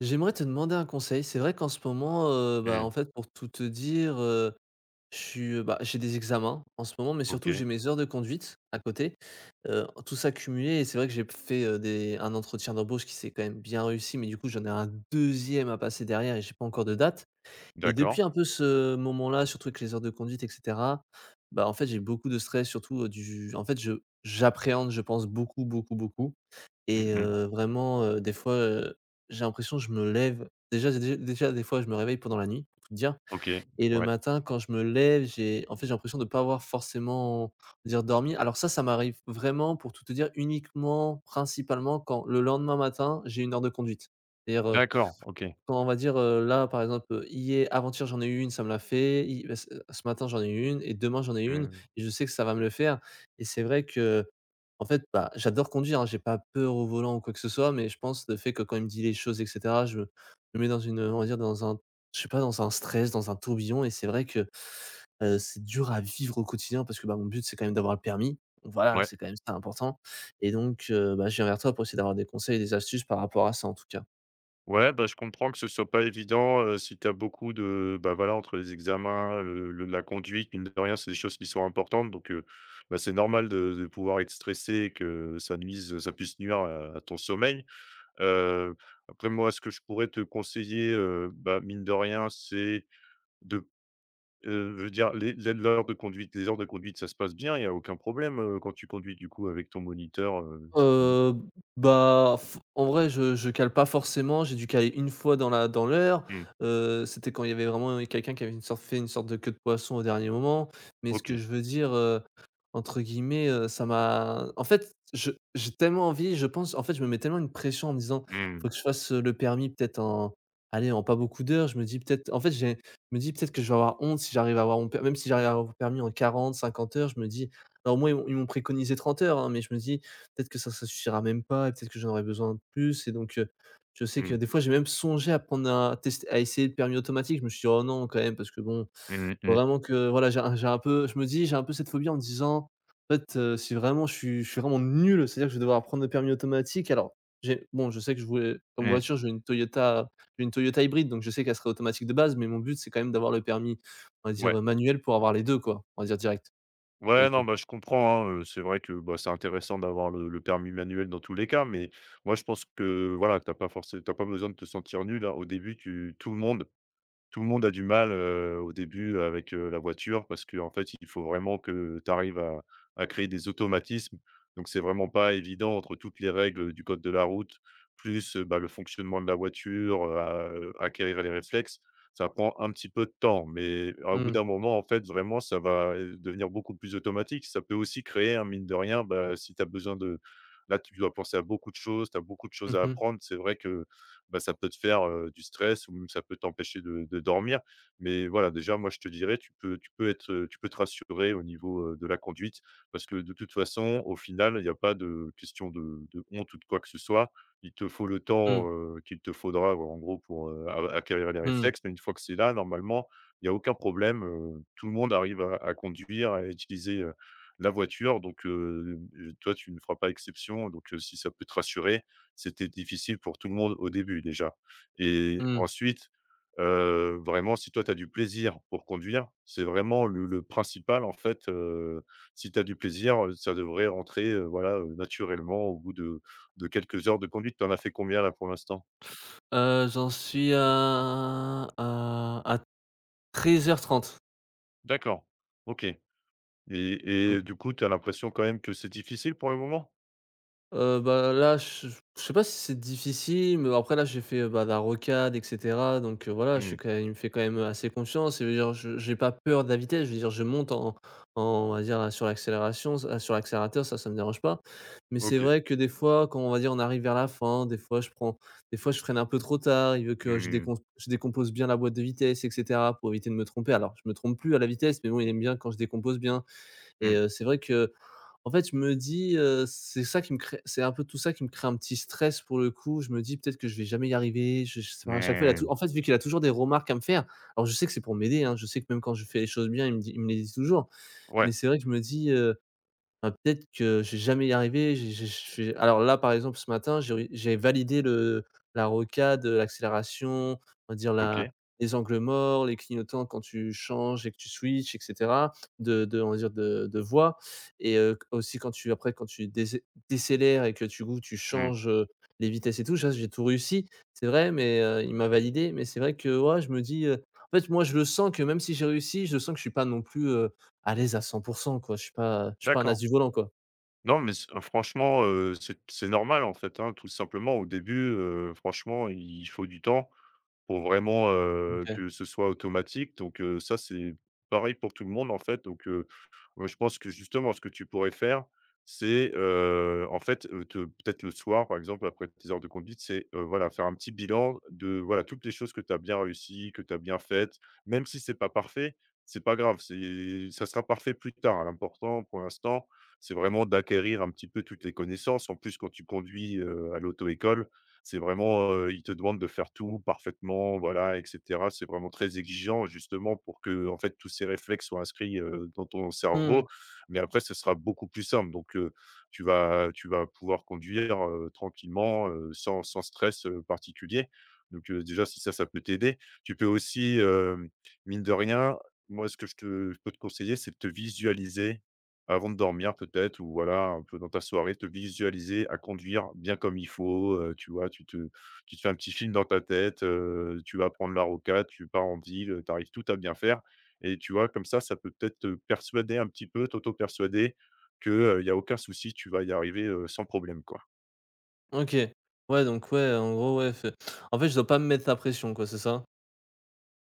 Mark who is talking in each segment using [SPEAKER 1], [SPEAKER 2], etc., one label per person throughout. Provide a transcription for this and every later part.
[SPEAKER 1] J'aimerais te demander un conseil. C'est vrai qu'en ce moment, bah, en
[SPEAKER 2] Mmh.
[SPEAKER 1] fait, pour tout te dire, je suis, bah, j'ai des examens en ce moment, mais surtout
[SPEAKER 2] OK.
[SPEAKER 1] j'ai mes heures de conduite à côté, tout ça cumulé. Et c'est vrai que j'ai fait, des un entretien d'embauche qui s'est quand même bien réussi, mais du coup, j'en ai un deuxième à passer derrière et j'ai pas encore de date. Et
[SPEAKER 2] D'accord.
[SPEAKER 1] depuis un peu ce moment-là, surtout avec les heures de conduite et cetera, bah, en fait, j'ai beaucoup de stress surtout, du en fait, je j'appréhende, je pense beaucoup, beaucoup, beaucoup.
[SPEAKER 2] Mmh
[SPEAKER 1] Et
[SPEAKER 2] mh.
[SPEAKER 1] vraiment, des fois, j'ai l'impression que je me lève déjà des fois je me réveille pendant la nuit, pour tout dire.
[SPEAKER 2] OK.
[SPEAKER 1] Et le
[SPEAKER 2] Ouais.
[SPEAKER 1] matin quand je me lève, j'ai en fait, j'ai l'impression de ne pas avoir forcément, dire dormi. Alors ça m'arrive vraiment pour tout te dire uniquement, principalement quand le lendemain matin, j'ai une heure de conduite. C'est-à-dire,
[SPEAKER 2] D'accord. OK.
[SPEAKER 1] quand on va dire, là, par exemple, hier avant-hier, j'en ai eu une, ça me l'a fait, hi bah, ce matin, j'en ai eu une et demain, j'en ai une
[SPEAKER 2] Mmh.
[SPEAKER 1] et je sais que ça va me le faire. Et c'est vrai que en fait, bah, j'adore conduire, hein, j'ai pas peur au volant ou quoi que ce soit, mais je pense le fait que quand il me dit les choses et cetera, je me mets dans une, on va dire dans un, je sais pas, dans un stress, dans un tourbillon. Et c'est vrai que, c'est dur à vivre au quotidien parce que, bah, mon but, c'est quand même d'avoir le permis. Donc voilà,
[SPEAKER 2] Ouais.
[SPEAKER 1] c'est quand même ça important. Et donc bah, je viens vers toi pour essayer d'avoir des conseils, des astuces par rapport à ça, en tout cas.
[SPEAKER 2] Ouais, bah, je comprends que ce soit pas évident, si tu as beaucoup de bah, voilà, entre les examens, le la conduite, mine de rien, c'est des choses qui sont importantes donc bah, c'est normal de pouvoir être stressé et que ça puisse nuire à ton sommeil. Heu, Après moi, ce que je pourrais te conseiller, bah, mine de rien, c'est de je veux dire les l'heure de conduite les heures de conduite, ça se passe bien? Il y a aucun problème, quand tu conduis du coup avec ton moniteur, c'est
[SPEAKER 1] Heu, bah, f En vrai, je cale pas forcément, j'ai dû caler une fois dans l'heure,
[SPEAKER 2] mmh,
[SPEAKER 1] c'était quand il y avait vraiment quelqu'un qui avait une sorte de queue de poisson au dernier moment. Mais ce que
[SPEAKER 2] OK.
[SPEAKER 1] je veux dire, entre guillemets, ça m'a en fait, je j'ai tellement envie, je pense. En fait, je me mets tellement une pression en me disant:
[SPEAKER 2] Mmh,
[SPEAKER 1] «Faut que je fasse, le permis peut-être en, allez, en pas beaucoup d'heures». Je me dis peut-être. En fait, j'ai Je me dis: «Peut-être que je vais avoir honte si j'arrive à avoir mon permis, même si j'arrive à avoir mon permis en 40, 50 heures Je me dis, alors moi, ils m'ont préconisé 30 heures, hein, mais je me dis peut-être que ça suffira même pas et peut-être que j'en aurai besoin de plus. Et donc je sais que
[SPEAKER 2] mmh,
[SPEAKER 1] des fois, j'ai même songé à prendre un test à essayer le permis automatique. Je me suis dit: «Oh non, quand même» parce que bon,
[SPEAKER 2] mmh,
[SPEAKER 1] faut
[SPEAKER 2] mmh,
[SPEAKER 1] vraiment que voilà, j'ai un peu, je me dis, j'ai un peu cette phobie en me disant: «En fait, si vraiment je suis vraiment nul, c'est-à-dire que je vais devoir prendre le permis automatique». Alors j'ai bon, je sais que je voulais comme
[SPEAKER 2] mmh.
[SPEAKER 1] voiture, j'ai une Toyota hybride, donc je sais qu'elle serait automatique de base, mais mon but, c'est quand même d'avoir le permis, on va dire,
[SPEAKER 2] Ouais.
[SPEAKER 1] manuel, pour avoir les 2 quoi, on va dire direct, pour le
[SPEAKER 2] Ouais,
[SPEAKER 1] coup.
[SPEAKER 2] non, bah, je comprends, hein, c'est vrai que, bah, c'est intéressant d'avoir le permis manuel dans tous les cas, mais moi je pense que voilà, t'as pas besoin de te sentir nul, hein. Au début, tu tout le monde tout le monde a du mal, au début avec, la voiture parce que en fait, il faut vraiment que tu arrives à créer des automatismes. Donc c'est vraiment pas évident entre toutes les règles du code de la route, plus, bah, le fonctionnement de la voiture, à, acquérir les réflexes. Ça prend un petit peu de temps, mais au bout
[SPEAKER 1] Mmh.
[SPEAKER 2] d'un moment, en fait, vraiment, ça va, devenir beaucoup plus automatique. Ça peut aussi créer, un mine de rien, bah, si tu as besoin de là, tu dois penser à beaucoup de choses, tu as beaucoup de choses
[SPEAKER 1] Mmh
[SPEAKER 2] à
[SPEAKER 1] mh.
[SPEAKER 2] apprendre. C'est vrai que bah, ça peut te faire, du stress ou même ça peut t'empêcher de dormir. Mais voilà, déjà, moi, je te dirais, tu peux être, tu peux te rassurer au niveau, de la conduite parce que de toute façon, au final, il y a pas de question de honte ou de quoi que ce soit. Il te faut le
[SPEAKER 1] Mmh.
[SPEAKER 2] temps, qu'il te faudra, en gros, pour, a acquérir les
[SPEAKER 1] Mmh.
[SPEAKER 2] réflexes. Mais une fois que c'est là, normalement, il y a aucun problème, tout le monde arrive à conduire, à utiliser, la voiture. Donc, toi, tu ne feras pas exception. Donc, si ça peut te rassurer, c'était difficile pour tout le monde au début déjà et
[SPEAKER 1] Mmh.
[SPEAKER 2] ensuite, vraiment si toi tu as du plaisir pour conduire, c'est vraiment le principal en fait, si tu as du plaisir, ça devrait rentrer, voilà, naturellement au bout de quelques heures de conduite. Tu en as fait combien là pour l'instant?
[SPEAKER 1] J'en suis à 13h30.
[SPEAKER 2] D'accord, OK et du coup, tu as l'impression quand même que c'est difficile pour le moment?
[SPEAKER 1] Bah, là, je sais pas si c'est difficile, mais après là, j'ai fait, bah, de la rocade et cetera, donc voilà, je suis
[SPEAKER 2] Mmh,
[SPEAKER 1] quand même, il me fait quand même assez confiance et je veux dire, je j'ai pas peur de la vitesse. Je veux dire, je monte en en on va dire, sur l'accélérateur, ça me dérange pas, mais c'est
[SPEAKER 2] OK.
[SPEAKER 1] vrai que des fois, quand on va dire, on arrive vers la fin, des fois, je freine un peu trop tard. Il veut
[SPEAKER 2] Mmh
[SPEAKER 1] que
[SPEAKER 2] mh.
[SPEAKER 1] je décompose bien la boîte de vitesse et cetera pour éviter de me tromper. Alors, je me trompe plus à la vitesse, mais bon, il aime bien quand je décompose bien. Et
[SPEAKER 2] Mmh.
[SPEAKER 1] c'est vrai que en fait, je me dis, c'est ça qui me crée, c'est un peu tout ça qui me crée un petit stress pour le coup. Je me dis: «Peut-être que je vais jamais y arriver». Je sais pas, à chaque fois, il a tou
[SPEAKER 2] Mmh.
[SPEAKER 1] en fait, vu qu'il a toujours des remarques à me faire, alors je sais que c'est pour m'aider, hein, je sais que même quand je fais les choses bien, il me les dit toujours, mais
[SPEAKER 2] Ouais,
[SPEAKER 1] c'est vrai que je me dis, ah, peut-être que j'ai jamais y arriver, j'ai je alors là, par exemple, ce matin, j'ai validé le la rocade, l'accélération, on va dire la
[SPEAKER 2] OK.
[SPEAKER 1] les angles morts, les clignotants quand tu changes et que tu switches et cetera, de on va dire de voie, et q aussi quand tu décélères et que du coup tu
[SPEAKER 2] Mmh.
[SPEAKER 1] changes, les vitesses et tout, ça j'ai tout réussi. C'est vrai, mais il m'a validé, mais c'est vrai que, ouais, je me dis, en fait, moi, je le sens que même si j'ai réussi, je sens que je suis pas non plus à l'aise à 100% quoi, je suis pas un as
[SPEAKER 2] D'accord.
[SPEAKER 1] du volant quoi.
[SPEAKER 2] Non, mais c franchement, c'est normal, en fait, hein, tout simplement. Au début, franchement, il faut du temps. Pour vraiment,
[SPEAKER 1] OK.
[SPEAKER 2] que ce soit automatique donc ça, c'est pareil pour tout le monde, en fait donc moi, je pense que justement, ce que tu pourrais faire, c'est, en fait, te peut-être le soir, par exemple, après tes heures de conduite, c'est, voilà, faire un petit bilan de, voilà, toutes les choses que tu as bien réussies, que tu as bien faites. Même si c'est pas parfait, c'est pas grave, c'est ça sera parfait plus tard. L'important, pour l'instant, c'est vraiment d'acquérir un petit peu toutes les connaissances. En plus, quand tu conduis, à l'auto-école c'est vraiment, ils te demandent de faire tout parfaitement, voilà et cetera. C'est vraiment très exigeant justement pour que en fait tous ces réflexes soient inscrits, dans ton
[SPEAKER 1] Mmh.
[SPEAKER 2] cerveau. Mais après ce sera beaucoup plus simple donc tu vas pouvoir conduire, tranquillement, sans sans stress, particulier. Donc déjà si ça, ça peut t'aider. Tu peux aussi, mine de rien, moi ce que je peux te conseiller, c'est de te visualiser avant de dormir peut-être ou voilà, un peu dans ta soirée, te visualiser à conduire bien comme il faut, tu vois? Tu te fais un petit film dans ta tête, tu vas prendre la rocade, tu pars en ville, tu arrives tout à bien faire et tu vois? Comme ça peut peut-être te persuader un petit peu, t'auto-persuader que, il y a aucun souci, tu vas y arriver, sans problème, quoi.
[SPEAKER 1] OK. Ouais donc ouais, en fait je dois pas me mettre la pression quoi, c'est ça?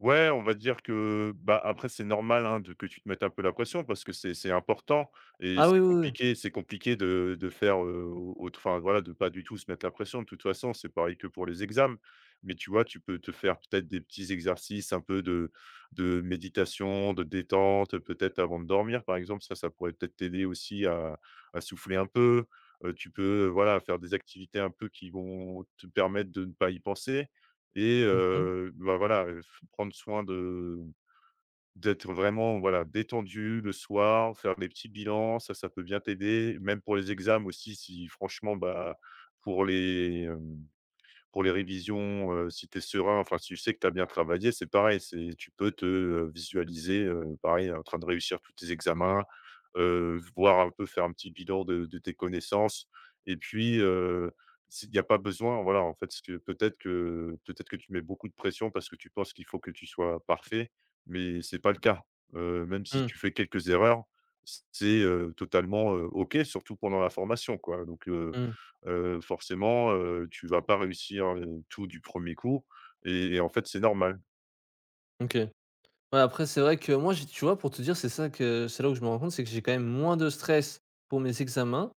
[SPEAKER 2] Ouais, on va dire que, bah, après c'est normal, hein, de que tu te mettes un peu la pression parce que c'est important et
[SPEAKER 1] Ah oui, oui, oui.
[SPEAKER 2] c'est compliqué de faire, au autre enfin, voilà, de pas du tout se mettre la pression. De toute façon, c'est pareil que pour les examens. Mais tu vois, tu peux te faire peut-être des petits exercices un peu de méditation, de détente, peut-être avant de dormir, par exemple. Ça pourrait peut-être t'aider aussi à souffler un peu. Tu peux, voilà, faire des activités un peu qui vont te permettre de ne pas y penser et
[SPEAKER 1] Mmh mh.
[SPEAKER 2] bah, voilà, f prendre soin de d'être vraiment, voilà, détendu le soir, faire des petits bilans, ça peut bien t'aider. Même pour les examens aussi si franchement, bah, pour les, pour les révisions, si tu es serein, enfin, si tu sais que tu as bien travaillé, c'est pareil, c'est tu peux te, visualiser, pareil, en train de réussir tous tes examens, voir un peu, faire un petit bilan de tes connaissances et puis, il y a pas besoin, voilà, en fait, ce que peut-être que peut-être que tu mets beaucoup de pression parce que tu penses qu'il faut que tu sois parfait, mais c'est pas le cas. Même si
[SPEAKER 1] Mmh.
[SPEAKER 2] tu fais quelques erreurs, c'est, totalement, OK, surtout pendant la formation, quoi, donc
[SPEAKER 1] Mmh.
[SPEAKER 2] forcément, tu vas pas réussir, tout du premier coup et en fait, c'est normal.
[SPEAKER 1] OK. Ouais, après c'est vrai que moi j'ai tu vois pour te dire, c'est ça que c'est là où je me rends compte, c'est que j'ai quand même moins de stress pour mes examens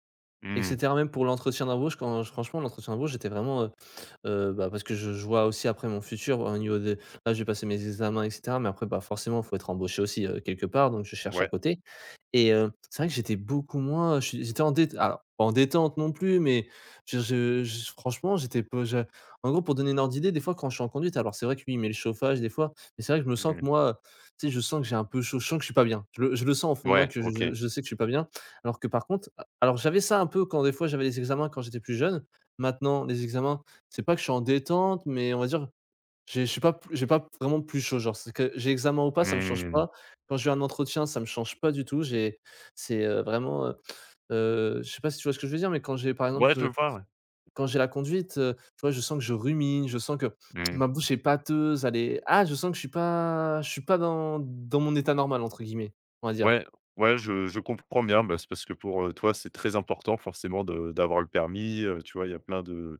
[SPEAKER 1] et
[SPEAKER 2] Mmh.
[SPEAKER 1] cetera, même pour l'entretien d'embauche. Quand franchement l'entretien d'embauche, j'étais vraiment, bah, parce que je vois aussi après mon futur au niveau de, là, je vais passer mes examens et cetera, mais après, bah, forcément, faut être embauché aussi, quelque part, donc je cherche à
[SPEAKER 2] Ouais.
[SPEAKER 1] côté. Et c'est vrai que j'étais beaucoup moins, je suis j'étais en dét alors pas en détente non plus, mais je franchement j'étais pas je en gros pour donner une ordre d'idée, des fois quand je suis en conduite, alors c'est vrai que lui il met le chauffage des fois, mais c'est vrai que je me sens que
[SPEAKER 2] Mmh.
[SPEAKER 1] moi, tu sais, je sens que j'ai un peu chaud, je sens que je suis pas bien. Je le sens au fond de moi
[SPEAKER 2] Ouais,
[SPEAKER 1] que
[SPEAKER 2] OK.
[SPEAKER 1] je sais que je suis pas bien. Alors que par contre, alors j'avais ça un peu quand des fois j'avais les examens quand j'étais plus jeune. Maintenant les examens, c'est pas que je suis en détente, mais on va dire j'ai je suis pas, j'ai pas vraiment plus chaud, genre, c'est que j'ai examen ou pas, ça me change
[SPEAKER 2] Mmh.
[SPEAKER 1] pas. Quand j'ai un entretien, ça me change pas du tout. J'ai c'est, je sais pas si tu vois ce que je veux dire, mais quand j'ai par
[SPEAKER 2] Ouais,
[SPEAKER 1] exemple,
[SPEAKER 2] je vois, ouais.
[SPEAKER 1] quand j'ai la conduite, tu vois, je sens que je rumine, je sens que
[SPEAKER 2] Mmh.
[SPEAKER 1] ma bouche est pâteuse, je sens que je suis pas dans mon «état normal» entre guillemets, on va dire.
[SPEAKER 2] Ouais, ouais, je comprends bien. Bah, c'est parce que pour, toi, c'est très important forcément de d'avoir le permis, tu vois? Il y a plein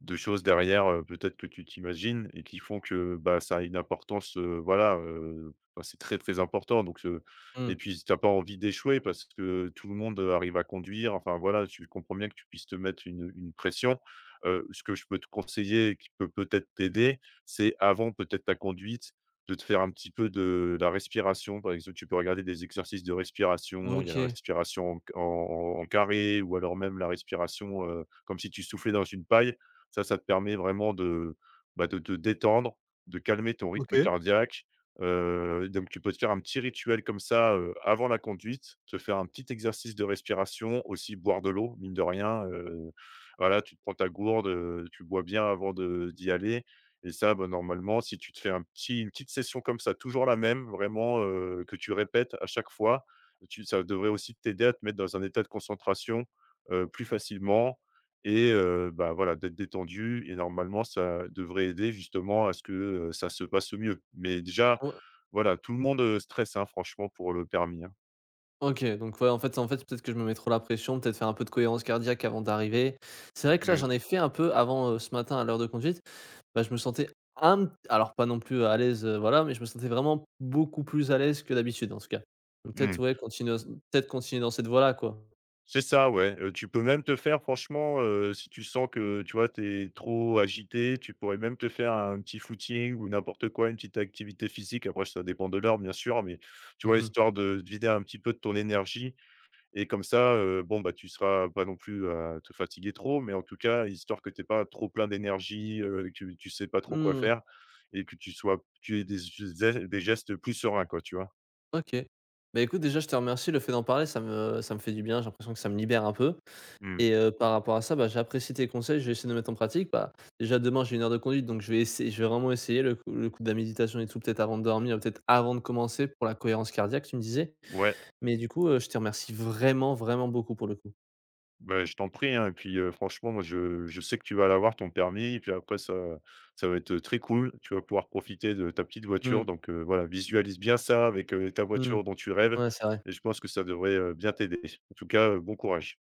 [SPEAKER 2] de choses derrière, peut-être que tu t'imagines et qui font que, bah, ça a une importance, voilà, bah, c'est très, très important donc
[SPEAKER 1] Mmh.
[SPEAKER 2] et puis si tu as pas envie d'échouer parce que tout le monde, arrive à conduire. Enfin voilà, tu comprends bien que tu puisses te mettre une pression. Ce que je peux te conseiller et qui peut peut-être t'aider, c'est avant peut-être ta conduite, de te faire un petit peu de la respiration. Par exemple, tu peux regarder des exercices de respiration. Il y a la
[SPEAKER 1] OK.
[SPEAKER 2] respiration en en carré ou alors même la respiration, comme si tu soufflais dans une paille. Ça te permet vraiment de, bah, de te détendre, de calmer ton rythme cardiaque. Donc tu peux te faire un petit rituel comme ça, avant la conduite, te faire un petit exercice de respiration, aussi boire de l'eau, mine de rien, voilà, tu te prends ta gourde, tu bois bien avant de d'y aller et ça, bah, normalement, si tu te fais un petit une petite session comme ça, toujours la même, vraiment, que tu répètes à chaque fois, tu ça devrait aussi t'aider à te mettre dans un état de concentration, plus facilement et bah, voilà, d'être détendu et normalement ça devrait aider justement à ce que, ça se passe au mieux. Mais déjà,
[SPEAKER 1] O
[SPEAKER 2] voilà, tout le monde, stresse, hein, franchement pour le permis, hein.
[SPEAKER 1] OK, donc ouais, en fait, peut-être que je me mets trop la pression, peut-être faire un peu de cohérence cardiaque avant d'arriver. C'est vrai que là,
[SPEAKER 2] Mmh,
[SPEAKER 1] j'en ai fait un peu avant, ce matin à l'heure de conduite. Bah, je me sentais un alors pas non plus à l'aise, voilà, mais je me sentais vraiment beaucoup plus à l'aise que d'habitude, en tout cas. Donc peut-être,
[SPEAKER 2] mmh.
[SPEAKER 1] ouais, continuer, peut-être continuer dans cette voie-là, quoi.
[SPEAKER 2] C'est ça, ouais, tu peux même te faire franchement, si tu sens que, tu vois, tu es trop agité, tu pourrais même te faire un petit footing ou n'importe quoi, une petite activité physique. Après ça dépend de l'heure bien sûr, mais tu
[SPEAKER 1] Mmh
[SPEAKER 2] vois,
[SPEAKER 1] mh.
[SPEAKER 2] histoire de vider un petit peu de ton énergie. Et comme ça, bon, bah, tu seras pas non plus à te fatiguer trop, mais en tout cas, histoire que tu aies pas trop plein d'énergie, que tu sais pas trop quoi
[SPEAKER 1] Mmh,
[SPEAKER 2] faire et que tu aies des gestes plus sereins, quoi, tu vois?
[SPEAKER 1] OK. Bah, écoute, déjà, je te remercie. Le fait d'en parler, ça me fait du bien. J'ai l'impression que ça me libère un peu.
[SPEAKER 2] Mmh.
[SPEAKER 1] Et par rapport à ça, bah, j'apprécie tes conseils. Je vais essayer de mettre en pratique. Bah, déjà, demain, j'ai une heure de conduite, donc je vais vraiment essayer le coup de la méditation et tout, peut-être avant de dormir, peut-être avant de commencer pour la cohérence cardiaque, tu me disais.
[SPEAKER 2] Ouais,
[SPEAKER 1] Mais du coup, je te remercie vraiment, vraiment beaucoup pour le coup.
[SPEAKER 2] bah, je t'en prie, hein et puis, franchement, moi, je sais que tu vas l'avoir ton permis et puis après ça va être, très cool. Tu vas pouvoir profiter de ta petite voiture
[SPEAKER 1] Mmh.
[SPEAKER 2] donc voilà, visualise bien ça avec, ta
[SPEAKER 1] Mmh.
[SPEAKER 2] voiture dont tu rêves
[SPEAKER 1] Ouais, c'est vrai.
[SPEAKER 2] et je pense que ça devrait, bien t'aider. En tout cas, bon courage.